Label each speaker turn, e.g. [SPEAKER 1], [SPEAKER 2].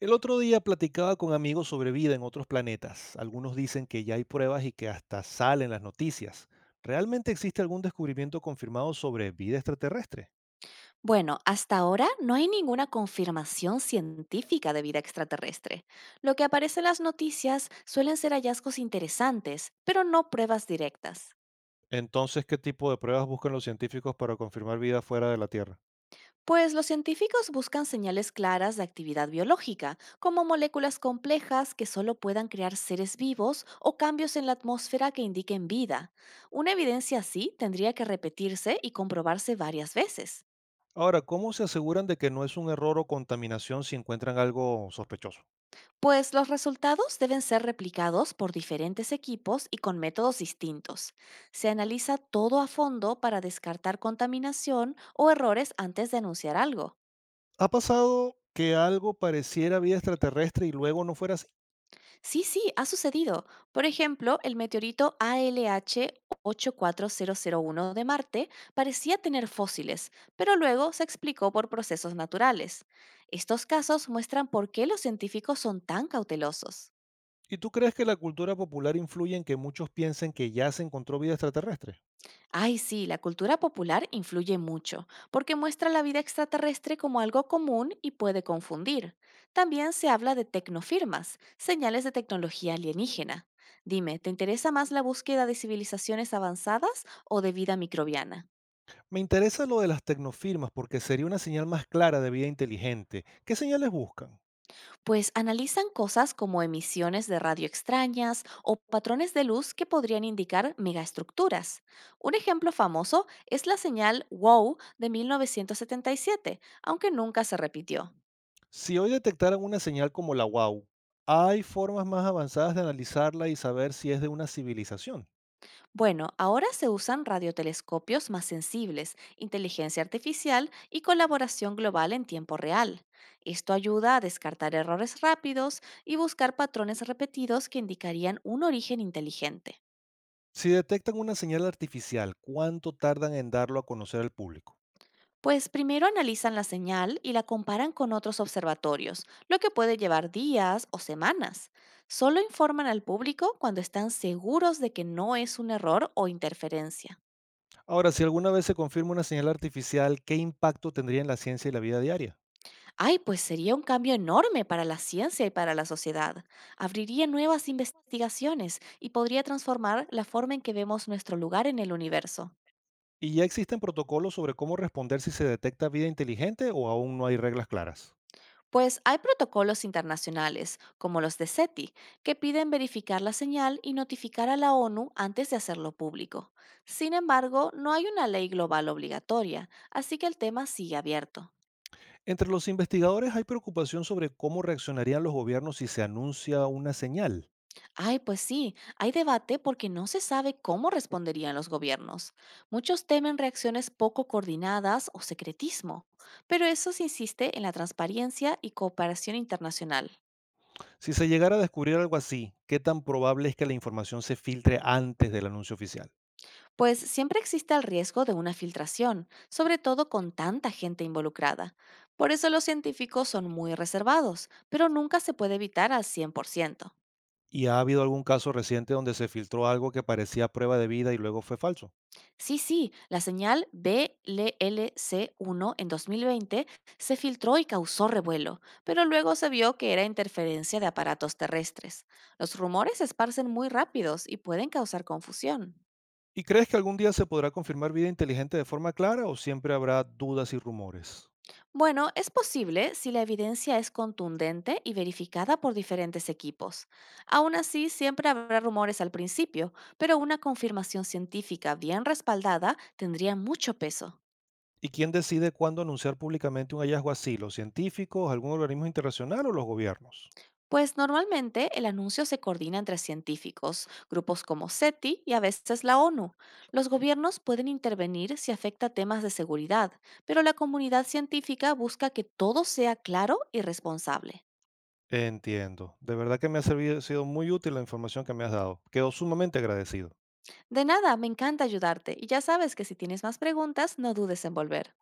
[SPEAKER 1] El otro día platicaba con amigos sobre vida en otros planetas. Algunos dicen que ya hay pruebas y que hasta salen las noticias. ¿Realmente existe algún descubrimiento confirmado sobre vida extraterrestre?
[SPEAKER 2] Bueno, hasta ahora no hay ninguna confirmación científica de vida extraterrestre. Lo que aparece en las noticias suelen ser hallazgos interesantes, pero no pruebas directas.
[SPEAKER 1] Entonces, ¿qué tipo de pruebas buscan los científicos para confirmar vida fuera de la Tierra?
[SPEAKER 2] Pues los científicos buscan señales claras de actividad biológica, como moléculas complejas que solo puedan crear seres vivos o cambios en la atmósfera que indiquen vida. Una evidencia así tendría que repetirse y comprobarse varias veces.
[SPEAKER 1] Ahora, ¿cómo se aseguran de que no es un error o contaminación si encuentran algo sospechoso?
[SPEAKER 2] Pues los resultados deben ser replicados por diferentes equipos y con métodos distintos. Se analiza todo a fondo para descartar contaminación o errores antes de anunciar algo.
[SPEAKER 1] ¿Ha pasado que algo pareciera vida extraterrestre y luego no fuera así?
[SPEAKER 2] Sí, sí, ha sucedido. Por ejemplo, el meteorito ALH 84001 de Marte parecía tener fósiles, pero luego se explicó por procesos naturales. Estos casos muestran por qué los científicos son tan cautelosos.
[SPEAKER 1] ¿Y tú crees que la cultura popular influye en que muchos piensen que ya se encontró vida extraterrestre?
[SPEAKER 2] Ay, sí, la cultura popular influye mucho, porque muestra la vida extraterrestre como algo común y puede confundir. También se habla de tecnofirmas, señales de tecnología alienígena. Dime, ¿te interesa más la búsqueda de civilizaciones avanzadas o de vida microbiana?
[SPEAKER 1] Me interesa lo de las tecnofirmas porque sería una señal más clara de vida inteligente. ¿Qué señales buscan?
[SPEAKER 2] Pues analizan cosas como emisiones de radio extrañas o patrones de luz que podrían indicar megaestructuras. Un ejemplo famoso es la señal WOW de 1977, aunque nunca se repitió.
[SPEAKER 1] Si hoy detectaran una señal como la WOW, ¿hay formas más avanzadas de analizarla y saber si es de una civilización?
[SPEAKER 2] Bueno, ahora se usan radiotelescopios más sensibles, inteligencia artificial y colaboración global en tiempo real. Esto ayuda a descartar errores rápidos y buscar patrones repetidos que indicarían un origen inteligente.
[SPEAKER 1] Si detectan una señal artificial, ¿cuánto tardan en darlo a conocer al público?
[SPEAKER 2] Pues primero analizan la señal y la comparan con otros observatorios, lo que puede llevar días o semanas. Solo informan al público cuando están seguros de que no es un error o interferencia.
[SPEAKER 1] Ahora, si alguna vez se confirma una señal artificial, ¿qué impacto tendría en la ciencia y la vida diaria?
[SPEAKER 2] Ay, pues sería un cambio enorme para la ciencia y para la sociedad. Abriría nuevas investigaciones y podría transformar la forma en que vemos nuestro lugar en el universo.
[SPEAKER 1] ¿Y ya existen protocolos sobre cómo responder si se detecta vida inteligente o aún no hay reglas claras?
[SPEAKER 2] Pues hay protocolos internacionales, como los de SETI, que piden verificar la señal y notificar a la ONU antes de hacerlo público. Sin embargo, no hay una ley global obligatoria, así que el tema sigue abierto.
[SPEAKER 1] Entre los investigadores hay preocupación sobre cómo reaccionarían los gobiernos si se anuncia una señal.
[SPEAKER 2] Ay, pues sí, hay debate porque no se sabe cómo responderían los gobiernos. Muchos temen reacciones poco coordinadas o secretismo, pero eso se insiste en la transparencia y cooperación internacional.
[SPEAKER 1] Si se llegara a descubrir algo así, ¿qué tan probable es que la información se filtre antes del anuncio oficial?
[SPEAKER 2] Pues siempre existe el riesgo de una filtración, sobre todo con tanta gente involucrada. Por eso los científicos son muy reservados, pero nunca se puede evitar al 100%.
[SPEAKER 1] ¿Y ha habido algún caso reciente donde se filtró algo que parecía prueba de vida y luego fue falso?
[SPEAKER 2] Sí, sí, la señal BLLC1 en 2020 se filtró y causó revuelo, pero luego se vio que era interferencia de aparatos terrestres. Los rumores se esparcen muy rápidos y pueden causar confusión.
[SPEAKER 1] ¿Y crees que algún día se podrá confirmar vida inteligente de forma clara o siempre habrá dudas y rumores?
[SPEAKER 2] Bueno, es posible si la evidencia es contundente y verificada por diferentes equipos. Aún así, siempre habrá rumores al principio, pero una confirmación científica bien respaldada tendría mucho peso.
[SPEAKER 1] ¿Y quién decide cuándo anunciar públicamente un hallazgo así? ¿Los científicos, algún organismo internacional o los gobiernos?
[SPEAKER 2] Pues normalmente el anuncio se coordina entre científicos, grupos como SETI y a veces la ONU. Los gobiernos pueden intervenir si afecta temas de seguridad, pero la comunidad científica busca que todo sea claro y responsable.
[SPEAKER 1] Entiendo. De verdad que me ha servido, sido muy útil la información que me has dado. Quedo sumamente agradecido.
[SPEAKER 2] De nada, me encanta ayudarte y ya sabes que si tienes más preguntas, no dudes en volver.